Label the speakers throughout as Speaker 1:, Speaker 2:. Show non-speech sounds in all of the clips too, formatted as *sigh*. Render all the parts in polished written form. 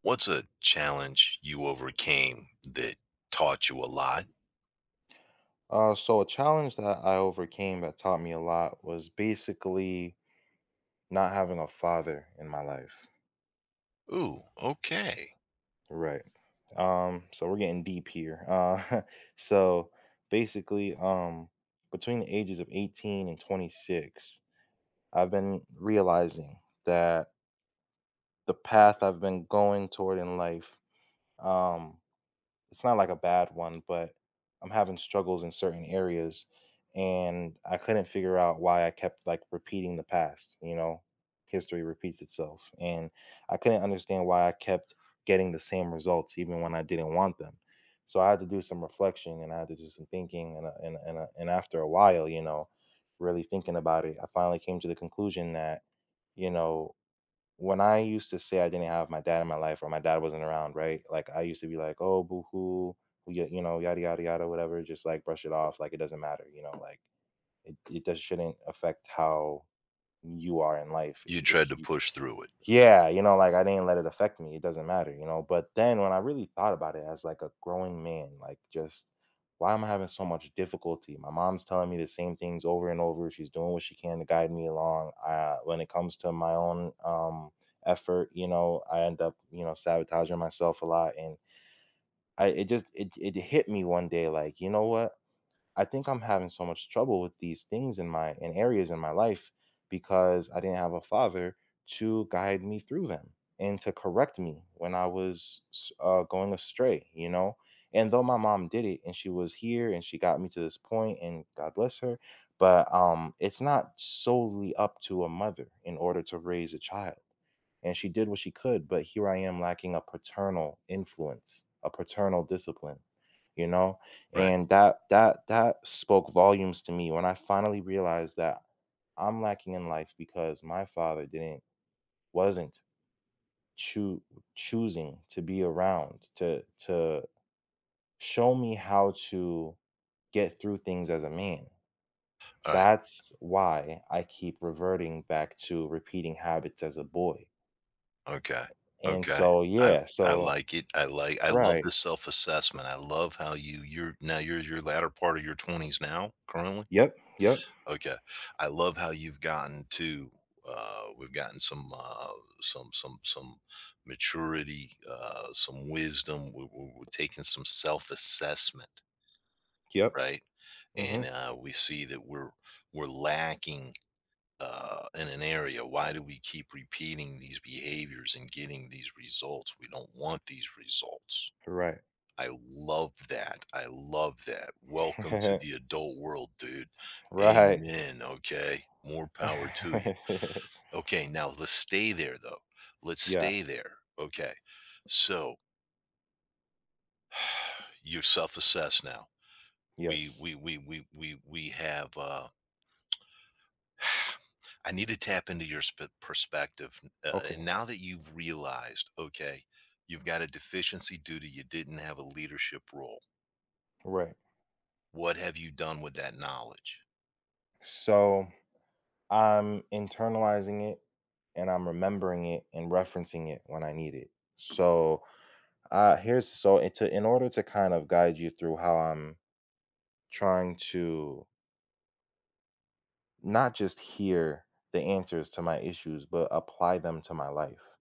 Speaker 1: What's a challenge you overcame that taught you a lot?
Speaker 2: So a challenge that I overcame that taught me a lot was basically not having a father in my life.
Speaker 1: Ooh, okay.
Speaker 2: Right. So we're getting deep here. *laughs* So basically, between the ages of 18 and 26, I've been realizing that the path I've been going toward in life, um, it's not like a bad one, but I'm having struggles in certain areas and I couldn't figure out why I kept like repeating the past. History repeats itself and I couldn't understand why I kept getting the same results even when I didn't want them. So I had to do some reflection and I had to do some thinking and after a while, you know, really thinking about it, I finally came to the conclusion that you know, when I used to say I didn't have my dad in my life or my dad wasn't around, right? Like I used to be like, oh, boohoo, yada yada yada, whatever. Just like brush it off, like it doesn't matter, you know. Like it just shouldn't affect how you are in life.
Speaker 1: You
Speaker 2: It's,
Speaker 1: tried
Speaker 2: it's
Speaker 1: to push through it.
Speaker 2: yeah, you know, like I didn't let it affect me. It doesn't matter, you know. But then when I really thought about it as like a growing man, like just why am I having so much difficulty? My mom's telling me the same things over and over. She's doing what she can to guide me along. When it comes to my own effort, you know, I end up, you know, sabotaging myself a lot. And I, it just, it hit me 1 day, like, you know what? I think I'm having so much trouble with these things in my in areas in my life because I didn't have a father to guide me through them and to correct me when I was going astray, you know. And though my mom did it and she was here and she got me to this point and God bless her, but it's not solely up to a mother in order to raise a child, and she did what she could, but here I am lacking a paternal influence, a paternal discipline, you know.
Speaker 1: Right.
Speaker 2: And that spoke volumes to me when I finally realized that I'm lacking in life because my father didn't wasn't choo- choosing to be around to show me how to get through things as a man.
Speaker 1: All right.
Speaker 2: That's why I keep reverting back to repeating habits as a boy.
Speaker 1: Okay.
Speaker 2: and
Speaker 1: Okay.
Speaker 2: so
Speaker 1: I
Speaker 2: yeah
Speaker 1: I
Speaker 2: so
Speaker 1: like it. I love the
Speaker 2: Right.
Speaker 1: self-assessment. I love how you you're now you're your latter part of your 20s now currently.
Speaker 2: Yep, yep,
Speaker 1: Okay. I love how you've gotten to we've gotten some some some some maturity, some wisdom. We're taking some self-assessment,
Speaker 2: yep.
Speaker 1: right? And
Speaker 2: Mm.
Speaker 1: we see that we're lacking, in an area. Why do we keep repeating these behaviors and getting these results? We don't want these results.
Speaker 2: Mhm. Right.
Speaker 1: I love that. I love that. Welcome to the
Speaker 2: *laughs*
Speaker 1: adult world, dude.
Speaker 2: Right.
Speaker 1: Amen. Okay. More power to you.
Speaker 2: *laughs*
Speaker 1: Okay. Now let's stay there, though. Let's
Speaker 2: Yeah,
Speaker 1: stay there. Okay. So *sighs* you self assess now. We,
Speaker 2: yes.
Speaker 1: we, we, we, we, we have, *sighs* I need to tap into your perspective. And
Speaker 2: Okay,
Speaker 1: now that you've realized, okay, you've got a deficiency due to you didn't have a leadership role,
Speaker 2: right.
Speaker 1: what have you done with that knowledge?
Speaker 2: So, I'm internalizing it, and I'm remembering it and referencing it when I need it. So, here's so it to in order to kind of guide you through how I'm trying to not just hear the answers to my issues, but apply them to my life.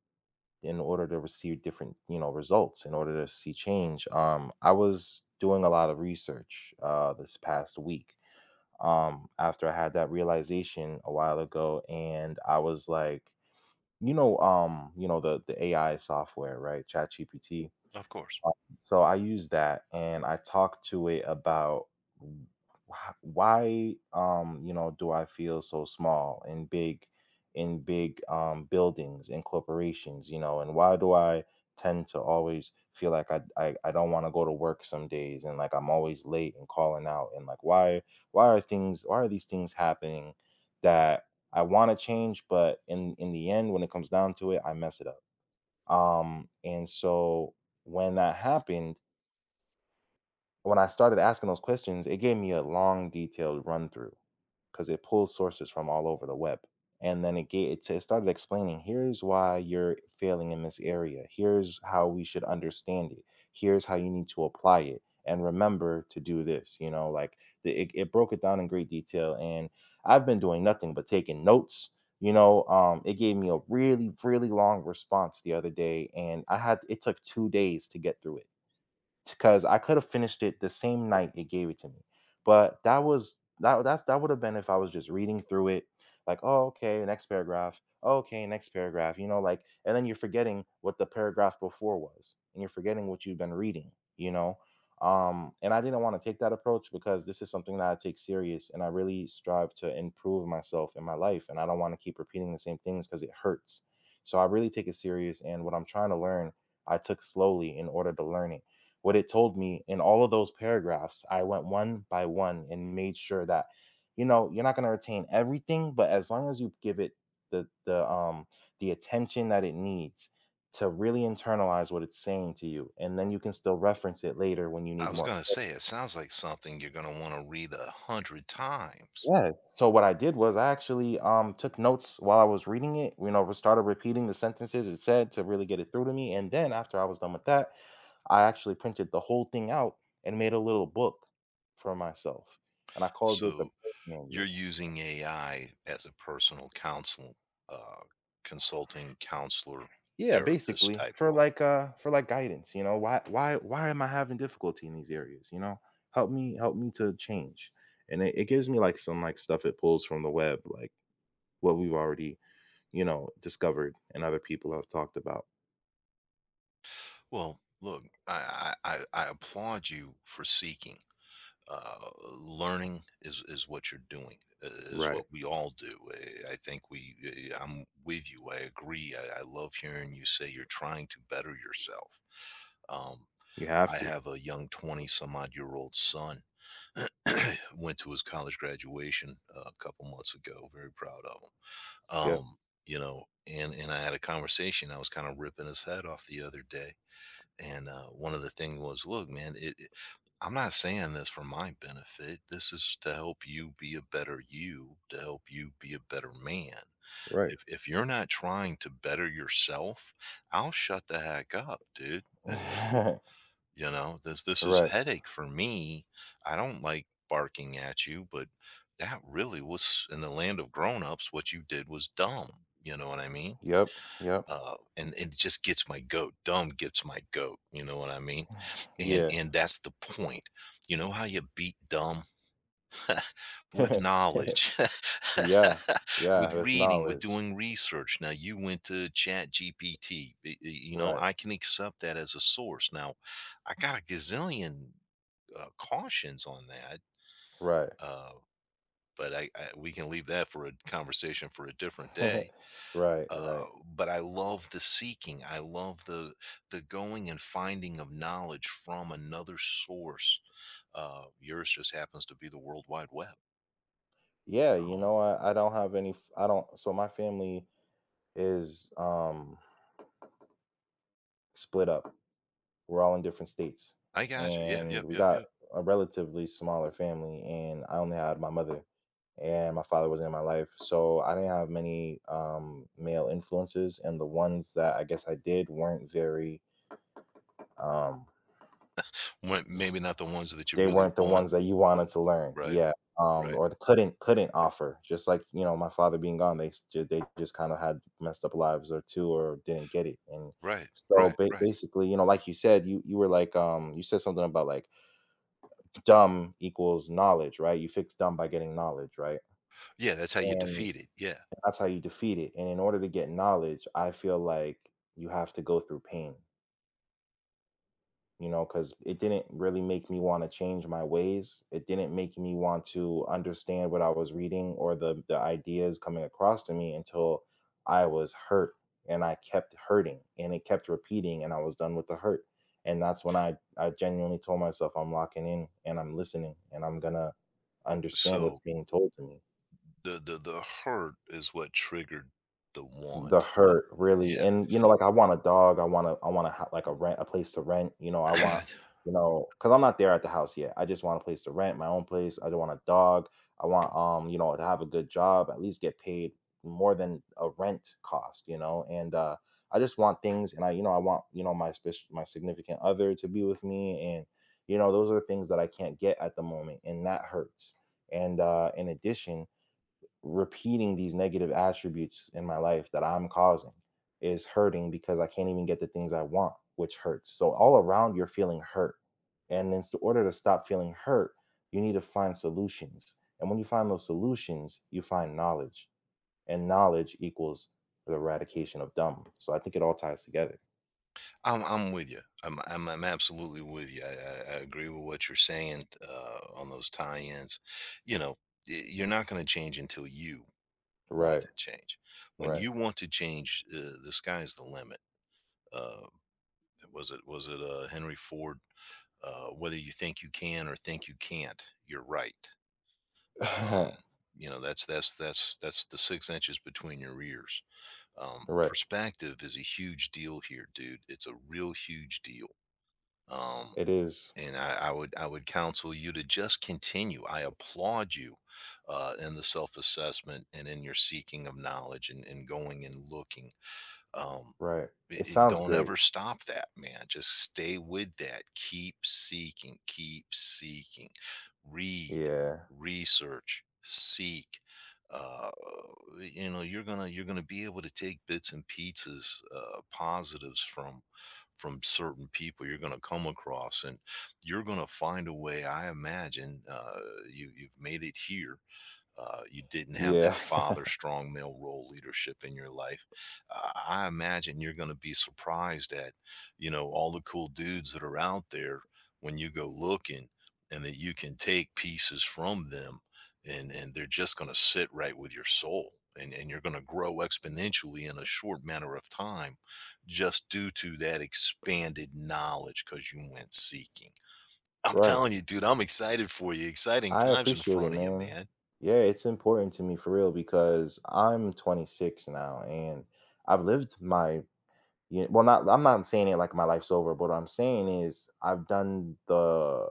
Speaker 2: In order to receive different, you know, results, in order to see change, I was doing a lot of research this past week, after I had that realization a while ago, and I was like, you know, you know, the AI software, right? ChatGPT.
Speaker 1: Of course.
Speaker 2: Um, so I use that and I talk to it about w- why, you know, do I feel so small in big buildings in corporations, you know, and why do I tend to always feel like I don't want to go to work some days, and like I'm always late and calling out, and like why are these things happening that I want to change, but in the end when it comes down to it I mess it up. And so when that happened, when I started asking those questions, it gave me a long, detailed run through because it pulls sources from all over the web. And then it, gave, it started explaining here's why you're failing in this area. Here's how we should understand it. Here's how you need to apply it. And remember to do this. You know, like it broke it down in great detail. And I've been doing nothing but taking notes. You know, it gave me a really, really long response the other day. And it took 2 days to get through it because I could have finished it the same night it gave it to me. But that was that that that would have been if I was just reading through it, like, oh, okay, next paragraph, oh, okay, next paragraph, you know, like, and then you're forgetting what the paragraph before was, and you're forgetting what you've been reading, you know. And I didn't want to take that approach because this is something that I take serious and I really strive to improve myself in my life, and I don't want to keep repeating the same things because it hurts. So I really take it serious, and what I'm trying to learn, I took slowly in order to learn it, what it told me in all of those paragraphs. I went one by one and made sure that, you know, you're not going to retain everything, but as long as you give it the the um the attention that it needs to really internalize what it's saying to you, and then you can still reference it later when you
Speaker 1: I
Speaker 2: need
Speaker 1: was
Speaker 2: more.
Speaker 1: going to say, it sounds like something you're going to want to read a hundred times.
Speaker 2: Yes. So what I did was I actually took notes while I was reading it. You know, we started repeating the sentences it said to really get it through to me. And then after I was done with that, I actually printed the whole thing out and made a little book for myself. And I called it the
Speaker 1: So
Speaker 2: book
Speaker 1: you're
Speaker 2: manual.
Speaker 1: using AI as a personal counsel, uh, consulting counselor,
Speaker 2: Yeah,
Speaker 1: therapist
Speaker 2: basically
Speaker 1: type role.
Speaker 2: for like guidance. You know, why am I having difficulty in these areas? You know, help me to change. And it gives me like some like stuff it pulls from the web, like what we've already, you know, discovered and other people have talked about.
Speaker 1: Well, look, I applaud you for seeking. uh, learning is what you're doing, is
Speaker 2: Right.
Speaker 1: what we all do. I think we I'm with you, I agree. I love hearing you say you're trying to better yourself. um,
Speaker 2: You have
Speaker 1: I
Speaker 2: to.
Speaker 1: have a young 20 some odd year old son. *coughs* *clears throat* Went to his college graduation a couple months ago, very proud of him. um,
Speaker 2: Yep.
Speaker 1: you know, and I had a conversation. I was kind of ripping his head off the other day, and one of the things was, look, man, I'm not saying this for my benefit. This is to help you be a better you, to help you be a better man.
Speaker 2: Right.
Speaker 1: If you're not trying to better yourself, I'll shut the heck up, dude.
Speaker 2: *laughs*
Speaker 1: You know, this is
Speaker 2: Right.
Speaker 1: headache for me. I don't like barking at you, but that really was in the land of grown ups. What you did was dumb. You know what I mean?
Speaker 2: Yep. Yep.
Speaker 1: And it just gets my goat. Dumb gets my goat. You know what I mean?
Speaker 2: Yeah.
Speaker 1: And that's the point. You know how you beat dumb? With knowledge,
Speaker 2: *laughs* Yeah.
Speaker 1: *laughs*
Speaker 2: Yeah.
Speaker 1: with
Speaker 2: That's
Speaker 1: reading, with
Speaker 2: knowledge.
Speaker 1: doing research. Now you went to Chat GPT. You know
Speaker 2: Right.
Speaker 1: I can accept that as a source. Now I got a gazillion, cautions on that.
Speaker 2: Right.
Speaker 1: Uh, but I we can leave that for a conversation for a different
Speaker 2: *laughs*
Speaker 1: day.
Speaker 2: Right.
Speaker 1: uh,
Speaker 2: Right.
Speaker 1: but I love the seeking. I love the going and finding of knowledge from another source. Yours just happens to be the World Wide Web.
Speaker 2: Yeah. You
Speaker 1: Um,
Speaker 2: know, I don't have any, f- I don't, so my family is split up. We're all in different states,
Speaker 1: I got you. Yeah,
Speaker 2: and
Speaker 1: yep,
Speaker 2: we
Speaker 1: yep,
Speaker 2: got
Speaker 1: yep.
Speaker 2: a relatively smaller family, and I only had my mother, and my father wasn't in my life, so I didn't have many, male influences, and the ones that I guess I did weren't very, um,
Speaker 1: When, maybe not the ones that you
Speaker 2: they
Speaker 1: really
Speaker 2: weren't the
Speaker 1: want.
Speaker 2: ones that you wanted to learn,
Speaker 1: Right,
Speaker 2: yeah,
Speaker 1: right,
Speaker 2: or the couldn't offer, just like, you know, my father being gone, they they just kind of had messed up lives or two or didn't get it. And
Speaker 1: right,
Speaker 2: so,
Speaker 1: right, right.
Speaker 2: basically, you know, like you said, you were like, you said something about like dumb equals knowledge, right? You fix dumb by getting knowledge, right?
Speaker 1: Yeah, that's how you
Speaker 2: And
Speaker 1: defeat it. Yeah.
Speaker 2: that's how you defeat it. And in order to get knowledge, I feel like you have to go through pain. You know, because it didn't really make me want to change my ways. It didn't make me want to understand what I was reading or the ideas coming across to me until I was hurt, and I kept hurting and it kept repeating and I was done with the hurt. And that's when I genuinely told myself I'm locking in and I'm listening and I'm going to understand what's
Speaker 1: So
Speaker 2: being told to me.
Speaker 1: the hurt is what triggered the
Speaker 2: The
Speaker 1: want. The
Speaker 2: hurt, really, and, you know, like, I want to. I want to, ho like, a rent a place to rent, you know, I
Speaker 1: yeah.
Speaker 2: want,
Speaker 1: *clears throat*
Speaker 2: you know, because 'cause I'm not there at the house yet, I just want a place to rent, my own place, I don't want a dog, I want, you know, to have a good job, at least get paid more than a rent cost, you know, and, I just want things, and I want, you know, my spec my significant other to be with me, and, you know, those are things that I can't get at the moment, and that hurts, and, in addition, repeating these negative attributes in my life that I'm causing is hurting because I can't even get the things I want, which hurts. So all around you're feeling hurt. And in order to stop feeling hurt, you need to find solutions. And when you find those solutions, you find knowledge. And knowledge equals the eradication of dumb. So I think it all ties together.
Speaker 1: I'm with you. I'm absolutely with you. I agree with what you're saying, on those tie-ins. You know, you're not going to change until you want
Speaker 2: Right,
Speaker 1: to change. When
Speaker 2: right.
Speaker 1: you want to change, the sky's the limit. Uh, was it Henry Ford? Whether you think you can or think you can't, you're right. Um,
Speaker 2: *laughs*
Speaker 1: you know, that's the 6 inches between your ears.
Speaker 2: Right.
Speaker 1: Perspective is a huge deal here, dude. It's a real huge deal. Um,
Speaker 2: It is.
Speaker 1: and I would I would counsel you to just continue. I applaud you, in the self assessment and in your seeking of knowledge, and going and looking. Um,
Speaker 2: Right. It sounds
Speaker 1: don't
Speaker 2: great.
Speaker 1: ever stop that, man. Just stay with that. Keep seeking, keep seeking, read,
Speaker 2: Yeah.
Speaker 1: research, seek, uh you know. You're gonna, you're gonna be able to take bits and pieces, positives from certain people you're gonna come across, and you're gonna find a way, I imagine. You, you've made it here. You didn't have
Speaker 2: Yeah.
Speaker 1: that father,
Speaker 2: *laughs*
Speaker 1: strong male role leadership in your life. I imagine you're going to be surprised at, you know, all the cool dudes that are out there when you go looking, and that you can take pieces from them, and they're just going to sit right with your soul. And you're going to grow exponentially in a short matter of time, just due to that expanded knowledge because you went seeking. I'm
Speaker 2: Right.
Speaker 1: telling you, dude, I'm excited for you. Exciting
Speaker 2: I
Speaker 1: times in
Speaker 2: appreciate it,
Speaker 1: front of you,
Speaker 2: man.
Speaker 1: man.
Speaker 2: Yeah, it's important to me for real because I'm 26 now and I've lived my, yeah, well, not, I'm not saying it like my life's over, but what I'm saying is I've done the,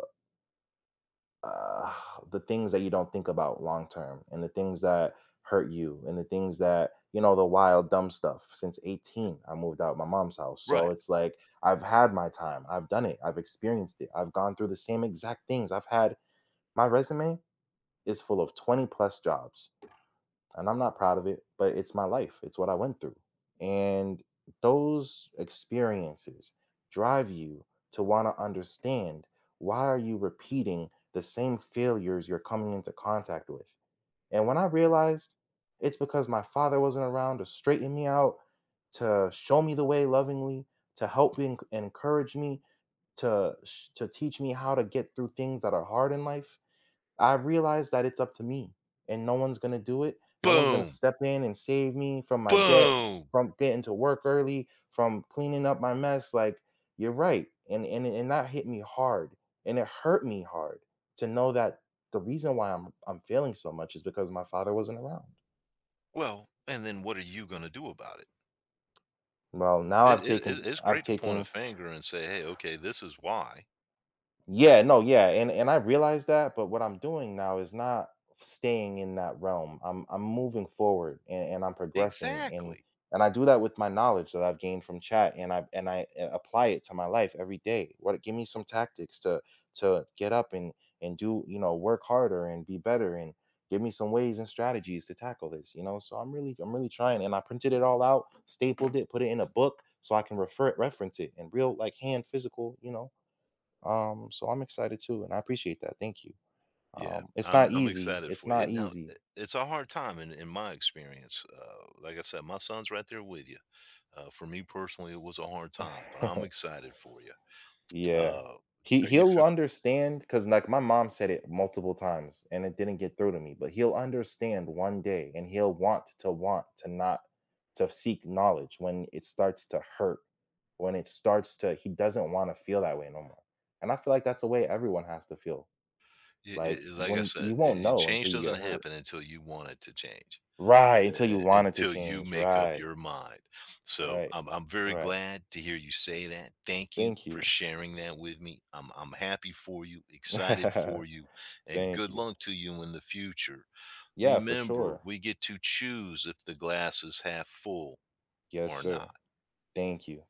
Speaker 2: uh, the things that you don't think about long term, and the things that hurt you, and the things that, you know, the wild dumb stuff. Since 18 I moved out of my mom's house, so
Speaker 1: Right.
Speaker 2: it's like I've had my time, I've done it, I've experienced it, I've gone through the same exact things. I've had my resume is full of 20 plus jobs. And I'm not proud of it, but it's my life. It's what I went through. And those experiences drive you to want to understand why are you repeating the same failures you're coming into contact with. And when I realized it's because my father wasn't around to straighten me out, to show me the way lovingly, to help me and encourage me, to to teach me how to get through things that are hard in life, I realize that it's up to me and no one's going to do it. No one's going to
Speaker 1: Boom.
Speaker 2: step in and save me from my debt,
Speaker 1: Boom.
Speaker 2: from getting to work early, from cleaning up my mess. Like, you're right. And that hit me hard. And it hurt me hard to know that the reason why I'm feeling so much is because my father wasn't around.
Speaker 1: Well, and then what are you going to do about it?
Speaker 2: Well, now
Speaker 1: It's
Speaker 2: I've
Speaker 1: great to point a
Speaker 2: taken.
Speaker 1: finger and say, hey, okay, this is why.
Speaker 2: Yeah, no, yeah, and I realize that, but what I'm doing now is not staying in that realm. I'm moving forward, and I'm progressing,
Speaker 1: Exactly.
Speaker 2: and I do that with my knowledge that I've gained from chat, and I apply it to my life every day. What Give me some tactics to get up and do, you know, work harder and be better, and give me some ways and strategies to tackle this, you know? So I'm really trying, and I printed it all out, stapled it, put it in a book so I can reference it in real, like, hand physical, you know. So I'm excited too, and I appreciate that. Thank you.
Speaker 1: Yeah,
Speaker 2: It's not
Speaker 1: I'm
Speaker 2: easy.
Speaker 1: excited
Speaker 2: It's
Speaker 1: for you.
Speaker 2: not
Speaker 1: Now,
Speaker 2: easy.
Speaker 1: it's a hard time in my experience. Like I said, my son's right there with you. For me personally, it was a hard time, but I'm
Speaker 2: *laughs*
Speaker 1: excited for you.
Speaker 2: Yeah.
Speaker 1: Uh,
Speaker 2: He
Speaker 1: are you
Speaker 2: he'll understand because like my mom said it multiple times and it didn't get through to me, but he'll understand one day and he'll want to not to seek knowledge when it starts to hurt, when it starts to, he doesn't want to feel that way no more. And I feel like that's the way everyone has to feel. Like,
Speaker 1: like
Speaker 2: when
Speaker 1: I
Speaker 2: you,
Speaker 1: said,
Speaker 2: you won't know
Speaker 1: change
Speaker 2: until you get
Speaker 1: doesn't
Speaker 2: hurt.
Speaker 1: happen until you want it to change,
Speaker 2: Right, until you want it to
Speaker 1: until you
Speaker 2: change.
Speaker 1: make up
Speaker 2: Right.
Speaker 1: your mind. So
Speaker 2: Right.
Speaker 1: I'm very
Speaker 2: Right.
Speaker 1: glad to hear you say that. Thank you
Speaker 2: Thank
Speaker 1: for
Speaker 2: you.
Speaker 1: sharing that with me. I'm happy for you, excited
Speaker 2: *laughs*
Speaker 1: for you, and
Speaker 2: Thank
Speaker 1: good
Speaker 2: you.
Speaker 1: luck to you in the future.
Speaker 2: Yeah, for
Speaker 1: Remember,
Speaker 2: sure.
Speaker 1: we get to choose if the glass is half full
Speaker 2: Yes,
Speaker 1: or
Speaker 2: sir.
Speaker 1: not.
Speaker 2: Thank you.